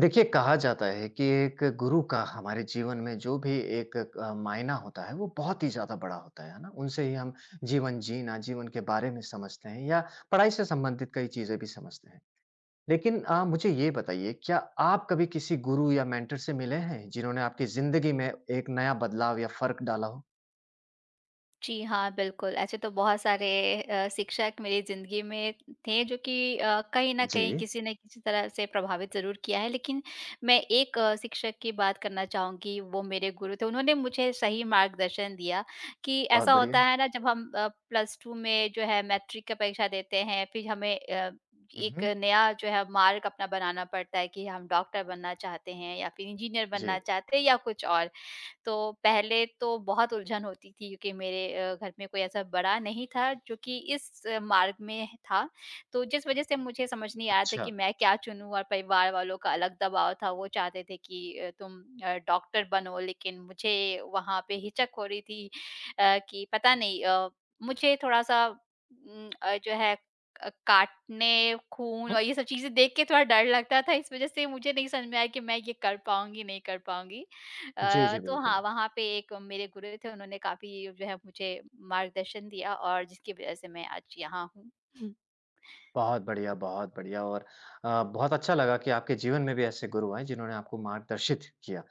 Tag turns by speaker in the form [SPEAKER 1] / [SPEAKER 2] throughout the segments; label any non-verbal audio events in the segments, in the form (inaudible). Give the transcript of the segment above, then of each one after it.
[SPEAKER 1] देखिए, कहा जाता है कि एक गुरु का हमारे जीवन में जो भी एक मायना होता है, वो बहुत ही ज़्यादा बड़ा होता है ना? उनसे ही हम जीवन जीना, जीवन के बारे में समझते हैं या पढ़ाई से संबंधित कई चीज़ें भी समझते हैं। लेकिन मुझे ये बताइए, क्या आप कभी किसी गुरु या मेंटर से मिले हैं, जिन्होंने आपकी ज़िंदगी में एक नया बदलाव या फ़र्क डाला हो?
[SPEAKER 2] जी हाँ, बिल्कुल, ऐसे तो बहुत सारे शिक्षक मेरी ज़िंदगी में थे जो कि कहीं न कहीं
[SPEAKER 1] जी।
[SPEAKER 2] किसी न किसी तरह से प्रभावित ज़रूर किया है। लेकिन मैं एक शिक्षक की बात करना चाहूँगी, वो मेरे गुरु थे। उन्होंने मुझे सही मार्गदर्शन दिया कि
[SPEAKER 1] बहुत
[SPEAKER 2] ऐसा होता
[SPEAKER 1] बढ़िया।
[SPEAKER 2] है ना जब हम प्लस 2 में जो है मैट्रिक का परीक्षा देते हैं, फिर हमें
[SPEAKER 1] हुँ,
[SPEAKER 2] एक
[SPEAKER 1] हुँ।
[SPEAKER 2] नया जो है मार्ग अपना बनाना पड़ता है कि हम डॉक्टर बनना चाहते हैं या फिर इंजीनियर बनना
[SPEAKER 1] जी।
[SPEAKER 2] चाहते हैं या कुछ और। तो पहले तो बहुत उलझन होती थी क्योंकि मेरे घर में कोई ऐसा बड़ा नहीं था जो कि इस मार्ग में था। तो जिस वज़ह से मुझे समझ नहीं आया था
[SPEAKER 1] अच्छा।
[SPEAKER 2] कि मैं क्या चुनूँ और परिवार वालों का अलग दबाव था, वो चाहते थे कि तुम डॉक्टर बनो लेकिन मुझे वहाँ पे हिचक हो रही थी कि पता नहीं मुझे थोड़ा-सा जो है काटने, खून
[SPEAKER 1] हुँ।
[SPEAKER 2] और ये सब चीज़ें देख के थोड़ा डर लगता था, इस वज़ह से मुझे नहीं समझ में आया कि मैं ये कर पाऊँगी, नहीं कर पाऊँगी।
[SPEAKER 1] जी, जी,
[SPEAKER 2] तो
[SPEAKER 1] बिल्कुल।
[SPEAKER 2] हाँ, वहाँ पे एक मेरे गुरु थे, उन्होंने काफ़ी जो है मुझे मार्गदर्शन दिया और जिसकी वज़ह से मैं आज यहाँ हूँ। हुँ।
[SPEAKER 1] बहुत बढ़िया और बहुत अच्छा लगा कि आपके जीवन में भी ऐसे गुरु आए जिन्होंने आपको मार्गदर्शित किया।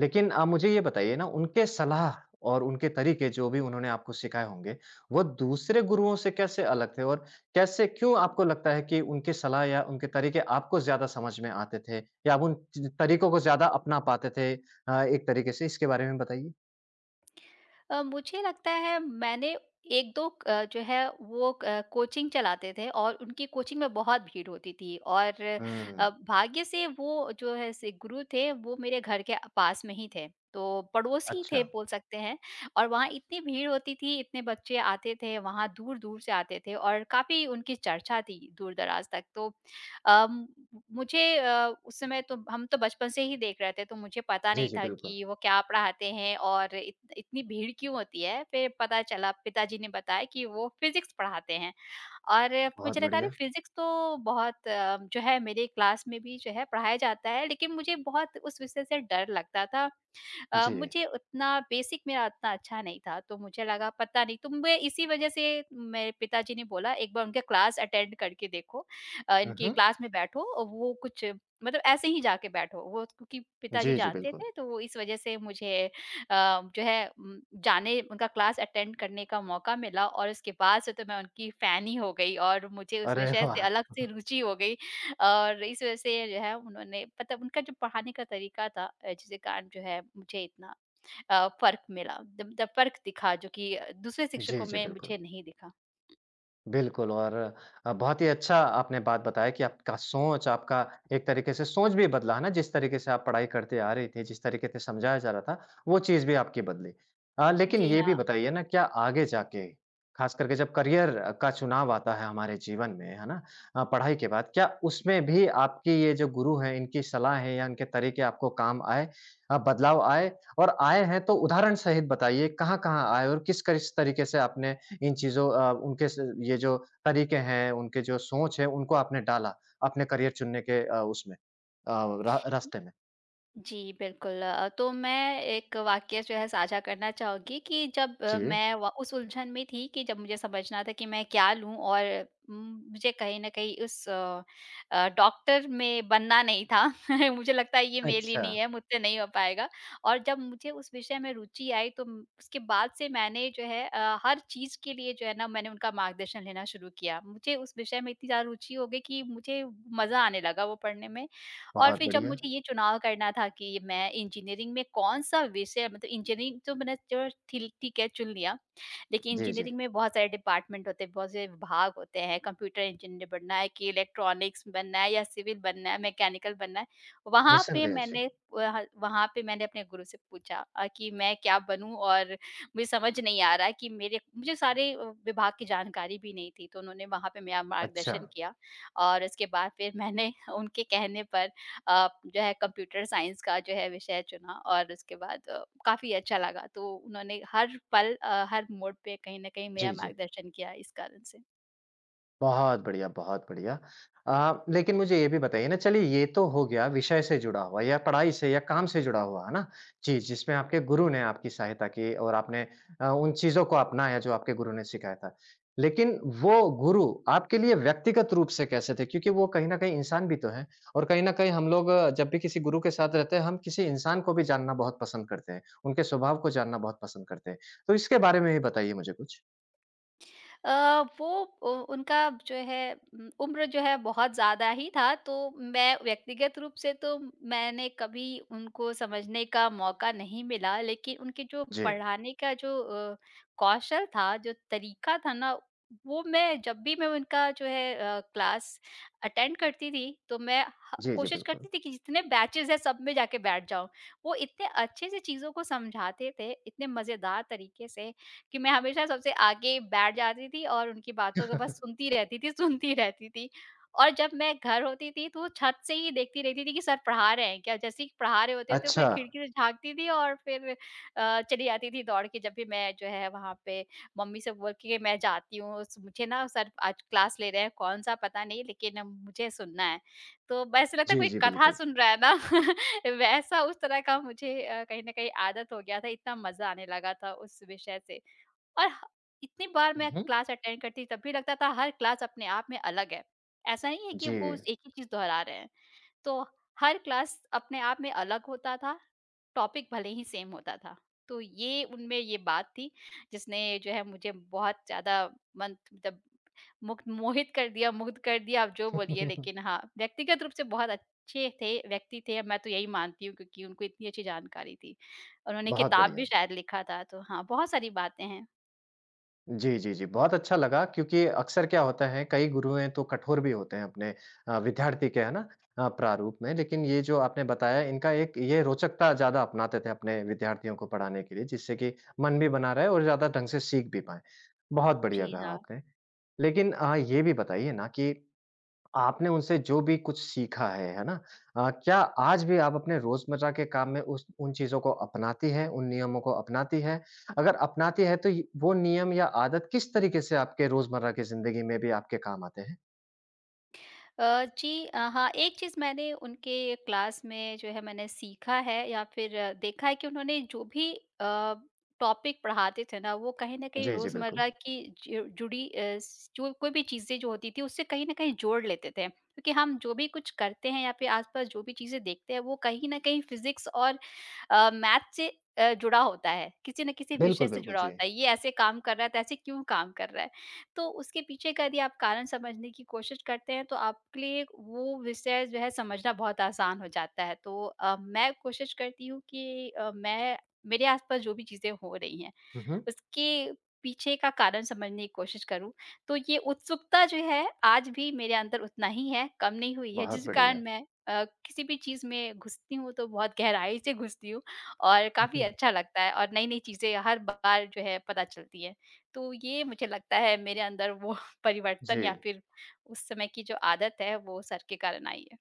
[SPEAKER 1] लेकिन मुझे ये बताइए ना उनके सलाह और उनके तरीके जो भी उन्होंने आपको सिखाए होंगे, वो दूसरे गुरुओं से कैसे अलग थे? और कैसे क्यों आपको लगता है कि उनके सलाह या उनके तरीके आपको ज़्यादा समझ में आते थे? या आप उन च तरीकों को ज़्यादा अपना पाते थे एक तरीके से? इसके बारे में बताइए।
[SPEAKER 2] मुझे लगता है मैंने 1-2 जो है वो कोचिंग चलाते थे और उनकी कोचिंग में बहुत भीड़ होती थी और
[SPEAKER 1] हुँ,
[SPEAKER 2] भाग्य से वो जो है से गुरु थे, वो मेरे घर के पास में ही थे। तो पड़ोसी थे
[SPEAKER 1] अच्छा।
[SPEAKER 2] बोल सकते हैं और वहाँ इतनी भीड़ होती थी, इतने बच्चे आते थे, वहाँ दूर-दूर से आते थे और काफ़ी उनकी चर्चा थी दूर-दराज तक। तो अम, मुझे उस समय तो हम तो बचपन से ही देख रहे थे, तो मुझे पता
[SPEAKER 1] जी,
[SPEAKER 2] नहीं
[SPEAKER 1] जी,
[SPEAKER 2] था
[SPEAKER 1] बिल्कुल।
[SPEAKER 2] कि वो क्या पढ़ाते हैं और इत इतनी भीड़ क्यों होती है? फिर पता चला पिताजी ने बताया कि वो फ़िज़िक्स पढ़ाते हैं और मुझे
[SPEAKER 1] बहुत
[SPEAKER 2] लगा अरे!
[SPEAKER 1] बढ़िया।
[SPEAKER 2] फ़िज़िक्स तो बहुत जो है मेरे क्लास में भी जो है पढ़ाया जाता है, लेकिन मुझे बहुत उस विषय से डर लगता था।
[SPEAKER 1] जी।
[SPEAKER 2] मुझे उतना बेसिक मेरा उतना अच्छा नहीं था, तो मुझे लगा पता नहीं तो मैं इसी वज़ह से मेरे पिताजी ने बोला एक बार उनके क्लास अटेंड करके देखो,
[SPEAKER 1] हुँ,
[SPEAKER 2] इनकी
[SPEAKER 1] हुँ।
[SPEAKER 2] क्लास में बैठो और वो कुछ मतलब ऐसे ही जाके बैठो। वो क्योंकि पिताजी
[SPEAKER 1] जी, जी,
[SPEAKER 2] जानते
[SPEAKER 1] बिल्कुल।
[SPEAKER 2] थे तो वो इस वज़ह से मुझे जो है जाने उनका क्लास अटेंड करने का मौका मिला और उसके बाद से तो मैं उनकी फ़ैन ही हो गई और मुझे उस
[SPEAKER 1] अरे
[SPEAKER 2] विषय से
[SPEAKER 1] वाह!
[SPEAKER 2] अलग से रुचि हो गई और इस वजह से जो है उन्होंने मतलब उनका जो पढ़ाने का तरीका था, जिसके कारण जो है मुझे इतना फ़र्क मिला, द द फ़र्क दिखा जो कि दूसरे
[SPEAKER 1] जी,
[SPEAKER 2] शिक्षकों
[SPEAKER 1] जी,
[SPEAKER 2] में
[SPEAKER 1] बिल्कुल।
[SPEAKER 2] मुझे नहीं दिखा।
[SPEAKER 1] बिल्कुल और बहुत ही अच्छा आपने बात बताया कि आपका सोच, आपका एक तरीके से सोच भी बदला, है ना? जिस तरीके से आप पढ़ाई करते आ रही थी, जिस तरीके से समझाया जा रहा था, वो चीज़ भी आपकी बदली। लेकिन
[SPEAKER 2] जी
[SPEAKER 1] ये
[SPEAKER 2] हाँ।
[SPEAKER 1] भी बताइए ना क्या आगे जाके, ख़ास करके जब करियर का चुनाव आता है हमारे जीवन में, है ना? पढ़ाई के बाद, क्या उसमें भी आपकी ये जो गुरु हैं, इनकी सलाहें या इनके तरीके आपको काम आए बदलाव आए? और आए हैं तो उदाहरण सहित बताइए कहाँ-कहाँ आए और किस किस तरीके से आपने इन चीज़ों अ, उनके स ये जो तरीके हैं, उनके जो सोच है, उनको आपने डाला अपने करियर चुनने के उसमें अ, रा रास्ते में?
[SPEAKER 2] जी, बिल्कुल। तो मैं एक वाक़या जो है साझा करना चाहूँगी कि जब
[SPEAKER 1] जी।
[SPEAKER 2] मैं व उस उलझन में थी कि जब मुझे समझना था कि मैं क्या लूँ और उम, मुझे कहीं न कहीं उस डॉक्टर में बनना नहीं था। (laughs) मुझे लगता है ये मेरे लिए
[SPEAKER 1] अच्छा,
[SPEAKER 2] नहीं है, मुझसे नहीं हो पाएगा और जब मुझे उस विषय में रुचि आई तो उसके बाद से मैंने जो है हर चीज़ के लिए जो है ना मैंने उनका मार्गदर्शन लेना शुरू किया। मुझे उस विषय में इतनी ज़्यादा रुचि हो गई कि मुझे मज़ा आने लगा वो पढ़ने में और
[SPEAKER 1] बहुत
[SPEAKER 2] फिर जब
[SPEAKER 1] बढ़िया।
[SPEAKER 2] मुझे ये चुनाव करना था कि मैं इंजीनियरिंग में कौन-सा विषय मतलब इंजीनियरिंग तो मैंने चलो ठिल ठीक है, चुन लिया। लेकिन
[SPEAKER 1] जी, जी।
[SPEAKER 2] इंजीनियरिंग में बहुत सारे डिपार्टमेंट होते हैं, बहुत से विभाग होते हैं, कंप्यूटर इंजीनियर बनना है कि इलेक्ट्रॉनिक्स बनना है या सिविल बनना है, मैकेनिकल बनना है। वहाँ पे
[SPEAKER 1] निस्संदेह, जी।
[SPEAKER 2] मैंने वह वहाँ पे मैंने अपने गुरु से पूछा कि मैं क्या बनूँ और मुझे समझ नहीं आ रहा है कि मेरे मुझे सारे विभाग की जानकारी भी नहीं थी, तो उन्होंने वहाँ पे मेरा
[SPEAKER 1] अच्छा।
[SPEAKER 2] मार्गदर्शन किया और उसके बाद फिर मैंने (laughs) उनके कहने पर जो है कंप्यूटर साइंस का जो है विषय चुना और उसके बाद काफ़ी अच्छा लगा। तो उन्होंने हर पल हर मोड़ पे कहीं न कहीं मेरा
[SPEAKER 1] जी, जी।
[SPEAKER 2] मार्गदर्शन किया इस कारण से।
[SPEAKER 1] बहुत बढ़िया, बहुत बढ़िया। लेकिन मुझे ये भी बताइए ना चलिए ये तो हो गया विषय से जुड़ा हुआ या पढ़ाई से या काम से जुड़ा हुआ, है ना? जी, जिसमें आपके गुरु ने आपकी सहायता की और आपने उन चीज़ों को अपनाया जो आपके गुरु ने सिखाया था। लेकिन वो गुरु आपके लिए व्यक्तिगत रूप से कैसे थे? क्योंकि वो कहीं न कहीं इंसान भी तो हैं और कहीं न कहीं हम लोग जब भी किसी गुरु के साथ रहते हैं, हम किसी इंसान को भी जानना बहुत पसंद करते हैं, उनके स्वभाव को जानना बहुत पसंद करते हैं। तो इसके बारे में भी बताइए मुझे कुछ?
[SPEAKER 2] वो उ उनका जो है उम्र जो है बहुत ज़्यादा ही था, तो मैं व्यक्तिगत रूप से तो मैंने कभी उनको समझने का मौका नहीं मिला, लेकिन उनके जो
[SPEAKER 1] जी।
[SPEAKER 2] पढ़ाने का जो कौशल था, जो तरीका था ना, वो मैं जब भी मैं उनका जो है क्लास अटेंड करती थी, तो मैं ह
[SPEAKER 1] जी, जी,
[SPEAKER 2] कोशिश
[SPEAKER 1] बिल्कुल।
[SPEAKER 2] करती थी कि जितने बैचेज़ हैं, सब में जाके बैठ जाऊँ। वो इतने अच्छे से चीज़ों को समझाते थे, इतने मज़ेदार तरीके से कि मैं हमेशा सबसे आगे बैठ जाती थी और उनकी बातों को बस सुनती रहती थी, सुनती रहती थी। और जब मैं घर होती थी तो छत से ही देखती रहती थी कि सर पढ़ा रहे हैं क्या? जैसे ही पढ़ा रहे होते तो मैं
[SPEAKER 1] अच्छा।
[SPEAKER 2] खिड़की से झाँकती थी और फिर चली जाती थी दौड़ के जब भी मैं जो है वहाँ पे मम्मी से बोल के मैं जाती हूँ, स मुझे ना सर आज क्लास ले रहे हैं कौन-सा पता नहीं लेकिन मुझे सुनना है। तो ऐसा लगता है
[SPEAKER 1] जी,
[SPEAKER 2] कोई
[SPEAKER 1] जी,
[SPEAKER 2] कथा
[SPEAKER 1] बिल्कुल।
[SPEAKER 2] सुन रहा है ना। (laughs) वैसा उस तरह का मुझे कहीं न कहीं आदत हो गया था, इतना मज़ा आने लगा था उस विषय से। और ह इतनी बार मैं
[SPEAKER 1] हुँ।
[SPEAKER 2] क्लास अटेंड करती तब भी लगता था हर क्लास अपने आप में अलग है। ऐसा नहीं है कि
[SPEAKER 1] जी,
[SPEAKER 2] वो उस एक ही चीज़ दोहरा रहे हैं। तो हर क्लास अपने आप में अलग होता था, टॉपिक भले ही सेम होता था। तो ये उनमें ये बात थी जिसने जो है मुझे बहुत ज़्यादा मन मतलब मुग्ध मोहित कर दिया, मुग्ध कर दिया आप जो बोलिए
[SPEAKER 1] (laughs)
[SPEAKER 2] लेकिन हाँ, व्यक्तिगत रूप से बहुत अच्छे थे, व्यक्ति थे मैं तो यही मानती हूँ क्योंकि उनको इतनी अच्छी जानकारी थी। उन्होंने
[SPEAKER 1] बहुत
[SPEAKER 2] किताब भी
[SPEAKER 1] बढ़िया।
[SPEAKER 2] शायद लिखा था तो हाँ, बहुत सारी बातें हैं।
[SPEAKER 1] जी, जी, जी, बहुत अच्छा लगा क्योंकि अक्सर क्या होता है कई गुरुएँ तो कठोर भी होते हैं अपने विद्यार्थी के, है ना? प्रारूप में लेकिन ये जो आपने बताया इनका एक ये रोचकता ज़्यादा अपनाते थे अपने विद्यार्थियों को पढ़ाने के लिए जिससे कि मन भी बना रहे और ज़्यादा ढंग से सीख भी पाएँ। बहुत बढ़िया
[SPEAKER 2] जी
[SPEAKER 1] कहा
[SPEAKER 2] हाँ।
[SPEAKER 1] आपने। लेकिन ये भी बताइए ना कि आपने उनसे जो भी कुछ सीखा है ना? क्या आज भी आप अपने रोज़मर्रा के काम में उस उन चीज़ों को अपनाती हैं, उन नियमों को अपनाती हैं? अगर अपनाती हैं, तो ये वो नियम या आदत किस तरीके से आपके रोज़मर्रा की ज़िंदगी में भी आपके काम आते हैं?
[SPEAKER 2] जी, हाँ, एक चीज़ मैंने उनके क्लास में जो है मैंने सीखा है या फिर देखा है कि उन्होंने जो भी टॉपिक पढ़ाते थे ना, वो कहीं न कहीं
[SPEAKER 1] जी, जी, बिल्कुल।
[SPEAKER 2] रोज़मर्रा की जु जुड़ी अ, स जो कोई भी चीज़ें जो होती थी, उससे कहीं न कहीं जोड़ लेते थे। क्योंकि हम जो भी कुछ करते हैं या फिर आस-पास जो भी चीज़ें देखते हैं, वो कहीं न कहीं फिज़िक्स और मैथ से जुड़ा होता है, किसी न किसी विषय
[SPEAKER 1] बिल्कुल,
[SPEAKER 2] से
[SPEAKER 1] बिल्कुल।
[SPEAKER 2] जुड़ा
[SPEAKER 1] जी।
[SPEAKER 2] होता है। ये ऐसे काम कर रहा है, तो ऐसे क्यों काम कर रहा है? तो उसके पीछे का यदि आप कारण समझने की कोशिश करते हैं तो आपके लिए वो विषय जो है समझना बहुत आसान हो जाता है। तो मैं कोशिश करती हूँ कि मैं मेरे आसपास जो भी चीज़ें हो रही हैं
[SPEAKER 1] हुँ, हुँ।
[SPEAKER 2] उसके पीछे का कारण समझने की कोशिश करूँ, तो ये उत्सुकता जो है आज भी मेरे अंदर उतना ही है, कम नहीं हुई है
[SPEAKER 1] बहुत
[SPEAKER 2] जिस कारण
[SPEAKER 1] बढ़िया।
[SPEAKER 2] मैं किसी भी चीज़ में घुसती हूँ तो बहुत गहराई से घुसती हूँ और
[SPEAKER 1] हुँ,
[SPEAKER 2] काफ़ी
[SPEAKER 1] हुँ।
[SPEAKER 2] अच्छा लगता है और नई-नई चीज़ें हर बार जो है पता चलती हैं। तो ये मुझे लगता है मेरे अंदर वो (laughs)
[SPEAKER 1] जी।
[SPEAKER 2] परिवर्तन या फिर उस समय की जो आदत है वो सर के कारण आई है।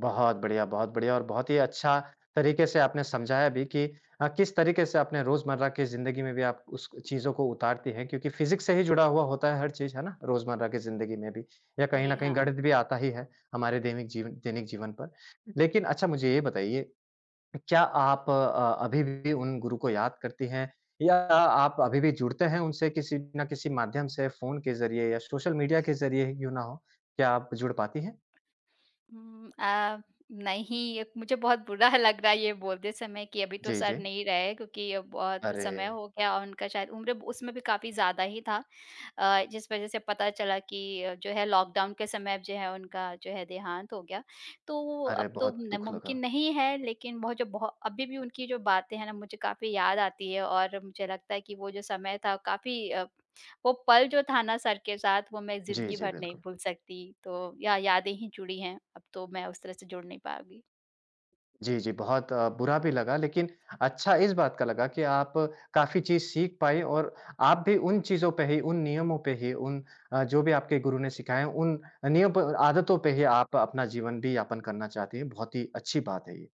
[SPEAKER 1] बहुत बढ़िया और बहुत ही अच्छा तरीके से आपने समझाया भी कि किस तरीके से अपने रोज़मर्रा की ज़िंदगी में भी आप उस चीज़ों को उतारती हैं क्योंकि फ़िज़िक्स से ही जुड़ा हुआ होता है हर चीज़, है ना? रोज़मर्रा की ज़िंदगी में भी या कहीं न
[SPEAKER 2] जी
[SPEAKER 1] कहीं
[SPEAKER 2] हाँ।
[SPEAKER 1] गणित भी आता ही है हमारे दैनिक जीवन पर। लेकिन अच्छा मुझे ये बताइए, क्या आप अभी भी उन गुरु को याद करती हैं या आप अभी भी जुड़ते हैं उनसे किसी न किसी माध्यम से फ़ोन के ज़रिए या सोशल मीडिया के ज़रिए ही क्यों ना हो? क्या आप जुड़ पाती हैं?
[SPEAKER 2] हुँ, अ, नहीं, ये मुझे बहुत बुरा (laughs) लग रहा है ये बोलते समय कि अभी तो
[SPEAKER 1] जी,
[SPEAKER 2] सर
[SPEAKER 1] जी।
[SPEAKER 2] नहीं रहे क्योंकि अब बहुत
[SPEAKER 1] अरे!
[SPEAKER 2] समय हो गया और उनका शायद उम्र उसमें भी काफ़ी ज़्यादा ही था। जिस वज़ह से पता चला कि जो है लॉकडाउन के समय जो है उनका जो है देहांत हो गया। तो
[SPEAKER 1] अरे!
[SPEAKER 2] अब तो
[SPEAKER 1] बहुत
[SPEAKER 2] न
[SPEAKER 1] दुःख
[SPEAKER 2] मुमकिन
[SPEAKER 1] लगा।
[SPEAKER 2] नहीं है लेकिन बहुत जो बहु अभी भी उनकी जो बातें हैं ना मुझे काफ़ी याद आती है और मुझे लगता है कि वो जो समय था काफ़ी वो पल जो था ना सर के साथ वो मैं
[SPEAKER 1] जी,
[SPEAKER 2] ज़िंदगी
[SPEAKER 1] जी,
[SPEAKER 2] भर नहीं
[SPEAKER 1] बिल्कुल।
[SPEAKER 2] भूल सकती, तो या यादें ही जुड़ी हैं, अब तो मैं उस तरह से जुड़ नहीं पाऊँगी।
[SPEAKER 1] जी, जी, बहुत बुरा भी लगा लेकिन अच्छा इस बात का लगा कि आप काफ़ी चीज़ सीख पाए और आप भी उन चीज़ों पे ही, उन नियमों पे ही, उन जो भी आपके गुरु ने सिखाए हैं, उन नियम प आदतों पे ही आप अपना जीवन भी यापन करना चाहती हैं, बहुत ही अच्छी बात है ये।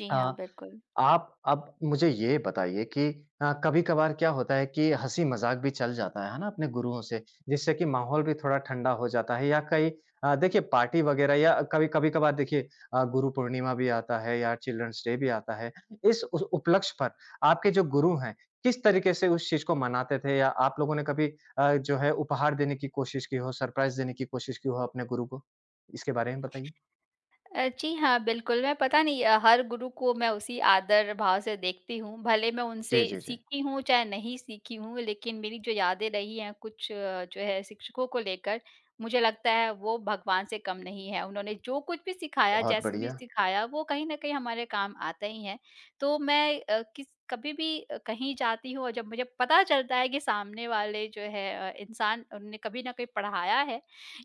[SPEAKER 2] जी
[SPEAKER 1] अ
[SPEAKER 2] हाँ, बिल्कुल।
[SPEAKER 1] आप अब मुझे ये बताइए कि कभी-कभार क्या होता है कि हँसी-मज़ाक भी चल जाता है ना? अपने गुरुओं से, जिससे कि माहौल भी थोड़ा ठंडा हो जाता है या कई देखिए पार्टी वगैरह या कभी कभी-कभार देखिए गुरु पूर्णिमा भी आता है या चिल्ड्रंस डे भी आता है। इस उस उपलक्ष्य पर आपके जो गुरु हैं, किस तरीके से उस चीज़ को मनाते थे या आप लोगों ने कभी अ, जो है उपहार देने की कोशिश की हो, सरप्राइज़ देने की कोशिश की हो अपने गुरु को? इसके बारे में बताइए।
[SPEAKER 2] जी हाँ, बिल्कुल, मैं पता नहीं हर गुरु को मैं उसी आदर भाव से देखती हूँ, भले मैं
[SPEAKER 1] जी,
[SPEAKER 2] उनसे
[SPEAKER 1] जी, जी।
[SPEAKER 2] सीखी हूँ चाहे नहीं सीखी हूँ, लेकिन मेरी जो यादें रही हैं कुछ जो है शिक्षकों को लेकर, मुझे लगता है वो भगवान से कम नहीं है। उन्होंने जो कुछ भी सिखाया,
[SPEAKER 1] बहुत
[SPEAKER 2] जैसे भी
[SPEAKER 1] बढ़िया।
[SPEAKER 2] सिखाया, वो कहीं न कहीं हमारे काम आता ही है। तो मैं अ, किस कभी भी कहीं जाती हूँ और जब मुझे पता चलता है कि सामने वाले जो है इंसान उनने कभी न कभी पढ़ाया है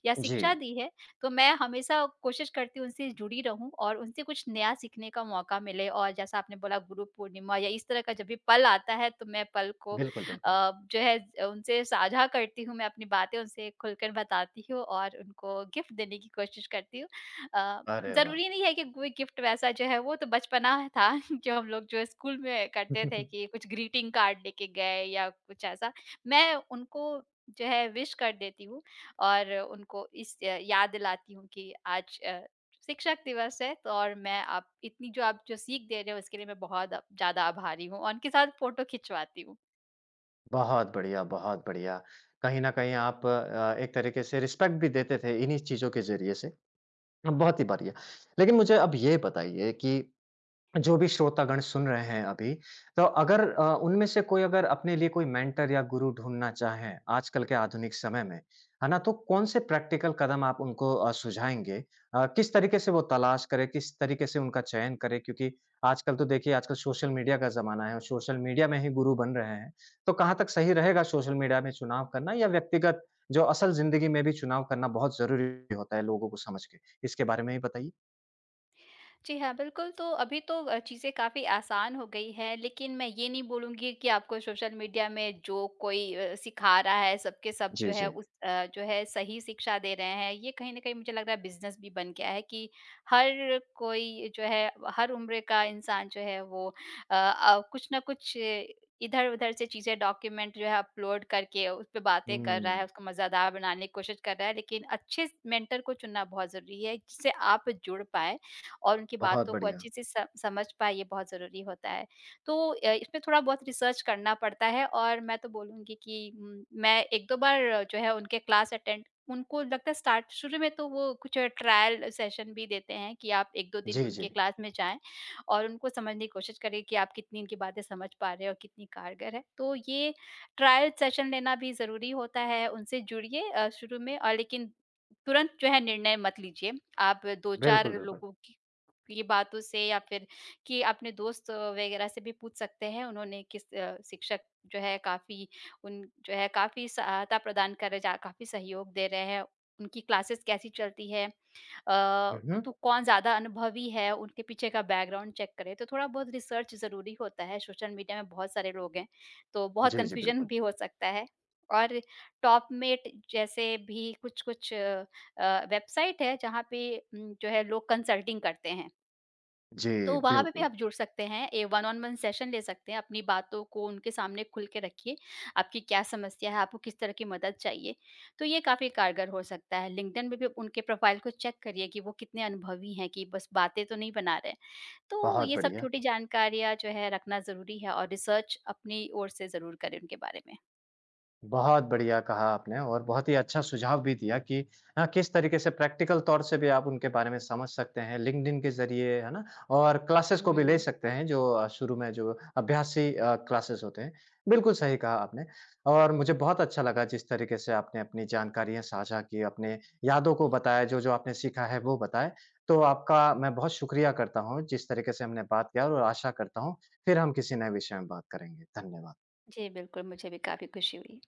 [SPEAKER 2] या
[SPEAKER 1] जी।
[SPEAKER 2] शिक्षा दी है, तो मैं हमेशा कोशिश करती हूँ उनसे जुड़ी रहूँ और उनसे कुछ नया सीखने का मौका मिले और जैसा आपने बोला गुरु पूर्णिमा या इस तरह का जब भी पल आता है तो मैं पल को
[SPEAKER 1] बिल्कुल, बिल्कुल।
[SPEAKER 2] जो है उनसे साझा करती हूँ। मैं अपनी बातें उनसे खुलकर बताती हूँ और उनको गिफ्ट देने की कोशिश करती हूँ। अ,
[SPEAKER 1] अरे वाह!
[SPEAKER 2] जरूरी नहीं है कि कोई गिफ्ट वैसा जो है, वो तो बचपना था (laughs) जो हम लोग जो है स्कूल में करते थे कि
[SPEAKER 1] (laughs)
[SPEAKER 2] कुछ ग्रीटिंग कार्ड लेके गए या कुछ ऐसा। मैं उनको जो है विश कर देती हूँ और उनको इस याद दिलाती हूँ कि आज शिक्षक दिवस है, तो और मैं आप इतनी जो आप जो सीख दे रहे हो उसके लिए मैं बहुत ज़्यादा आभारी हूँ और उनके साथ फ़ोटो खिंचवाती हूँ।
[SPEAKER 1] बहुत बढ़िया, बहुत बढ़िया। कहीं न कहीं आप एक तरीके से रिस्पेक्ट भी देते थे इन्हीं चीज़ों के ज़रिए से। बहुत ही बढ़िया। लेकिन मुझे अब ये बताइए कि जो भी श्रोतागण सुन रहे हैं अभी, तो अगर उनमें से कोई अगर अपने लिए कोई मेंटर या गुरु ढूँढना चाहें, आजकल के आधुनिक समय में, है ना? तो कौन से प्रैक्टिकल कदम आप उनको सुझाएँगे? किस तरीके से वो तलाश करें, किस तरीके से उनका चयन करें? क्योंकि आजकल तो देखिए आजकल सोशल मीडिया का ज़माना है और सोशल मीडिया में ही गुरु बन रहे हैं। तो कहाँ तक सही रहेगा सोशल मीडिया में चुनाव करना या व्यक्तिगत जो असल ज़िंदगी में भी चुनाव करना बहुत ज़रूरी होता है लोगों को समझ के? इसके बारे में भी बताइए।
[SPEAKER 2] जी हाँ, बिल्कुल, तो अभी तो चीज़ें काफ़ी आसान हो गई हैं, लेकिन मैं ये नहीं बोलूँगी कि आपको सोशल मीडिया में जो कोई सिखा रहा है, सबके सब जो
[SPEAKER 1] जी,
[SPEAKER 2] है
[SPEAKER 1] जी।
[SPEAKER 2] उस जो है सही शिक्षा दे रहे हैं। ये कहीं न कहीं मुझे लग रहा है बिज़नेस भी बन गया है कि हर कोई जो है, हर उम्र का इंसान जो है वो कुछ ना कुछ इधर-उधर से चीज़ें डॉक्यूमेंट जो है अपलोड करके उस पे बातें कर रहा है,
[SPEAKER 1] हुँ,
[SPEAKER 2] उसको मज़ेदार बनाने की कोशिश कर रहा है। लेकिन अच्छे मेंटर को चुनना बहुत ज़रूरी है, जिससे आप जुड़ पाएँ और उनकी
[SPEAKER 1] बहुत
[SPEAKER 2] बातों को
[SPEAKER 1] बढ़िया।
[SPEAKER 2] अच्छे से स समझ पाए, ये बहुत ज़रूरी होता है। तो इसमें थोड़ा बहुत रिसर्च करना पड़ता है और मैं तो बोलूँगी कि मैं 1-2 बार जो है उनके क्लास अटेंड, उनको लगता है स्टार्ट शुरू में तो वो कुछ ट्रायल सेशन भी देते हैं कि आप 1-2 दिन
[SPEAKER 1] जी,
[SPEAKER 2] उनके
[SPEAKER 1] जी।
[SPEAKER 2] क्लास में जाएँ और उनको समझने की कोशिश करें कि आप कितनी इनकी बातें समझ पा रहे हो और कितनी कारगर है। तो ये ट्रायल सेशन लेना भी ज़रूरी होता है, उनसे जुड़िए शुरू में और लेकिन तुरंत जो है निर्णय मत लीजिए। आप 2-4
[SPEAKER 1] बिल्कुल, बिल्कुल।
[SPEAKER 2] लोगों की ये बातों से या फिर कि अपने दोस्त वगैरह से भी पूछ सकते हैं उन्होंने किस शिक्षक जो है काफ़ी उन जो है काफ़ी सहायता प्रदान कर रहे जा काफ़ी सहयोग दे रहे हैं, उनकी क्लासेस कैसी चलती है?
[SPEAKER 1] हुँ, हुँ।
[SPEAKER 2] तो कौन ज़्यादा अनुभवी है? उनके पीछे का बैकग्राउंड चेक करें, तो थोड़ा बहुत रिसर्च ज़रूरी होता है, सोशल मीडिया में बहुत सारे लोग हैं, तो बहुत
[SPEAKER 1] जी, जी,
[SPEAKER 2] कन्फ्यूजन
[SPEAKER 1] बिल्कुल।
[SPEAKER 2] भी हो सकता है। और टॉपमेट जैसे भी कुछ-कुछ वेबसाइट है जहाँ पे जो है लोग कंसल्टिंग करते हैं।
[SPEAKER 1] जी,
[SPEAKER 2] तो वहाँ पे भी
[SPEAKER 1] बिल्कुल।
[SPEAKER 2] आप जुड़ सकते हैं। A one on one session ले सकते हैं, अपनी बातों को उनके सामने खुल के रखिए, आपकी क्या समस्या है, आपको किस तरह की मदद चाहिए, तो ये काफ़ी कारगर हो सकता है। लिंक्डइन में भी उनके प्रोफ़ाइल को चेक करिए कि वो कितने अनुभवी हैं, कि बस बातें तो नहीं बना रहे। तो
[SPEAKER 1] बहुत
[SPEAKER 2] ये सब
[SPEAKER 1] बढ़िया।
[SPEAKER 2] छोटी जानकारियाँ जो है रखना ज़रूरी है और रिसर्च अपनी ओर से ज़रूर करें उनके बारे में।
[SPEAKER 1] बहुत बढ़िया कहा आपने और बहुत ही अच्छा सुझाव भी दिया कि हाँ, किस तरीके से प्रैक्टिकल तौर से भी आप उनके बारे में समझ सकते हैं लिंक्डइन के जरिए है ना और क्लासेस को भी ले
[SPEAKER 2] हुँ।
[SPEAKER 1] सकते हैं जो शुरू में जो अभ्यासी क्लासेस होते हैं बिल्कुल सही कहा आपने और मुझे बहुत अच्छा लगा जिस तरीके से आपने अपनी जानकारियां साझा की अपने यादों को बताया जो जो आपने सीखा है वो बताए तो आपका मैं बहुत शुक्रिया करता हूँ जिस तरीके से हमने बात किया और आशा करता हूँ फिर हम किसी नए विषय में बात करेंगे धन्यवाद
[SPEAKER 2] जी, बिल्कुल, मुझे भी काफ़ी खुशी हुई।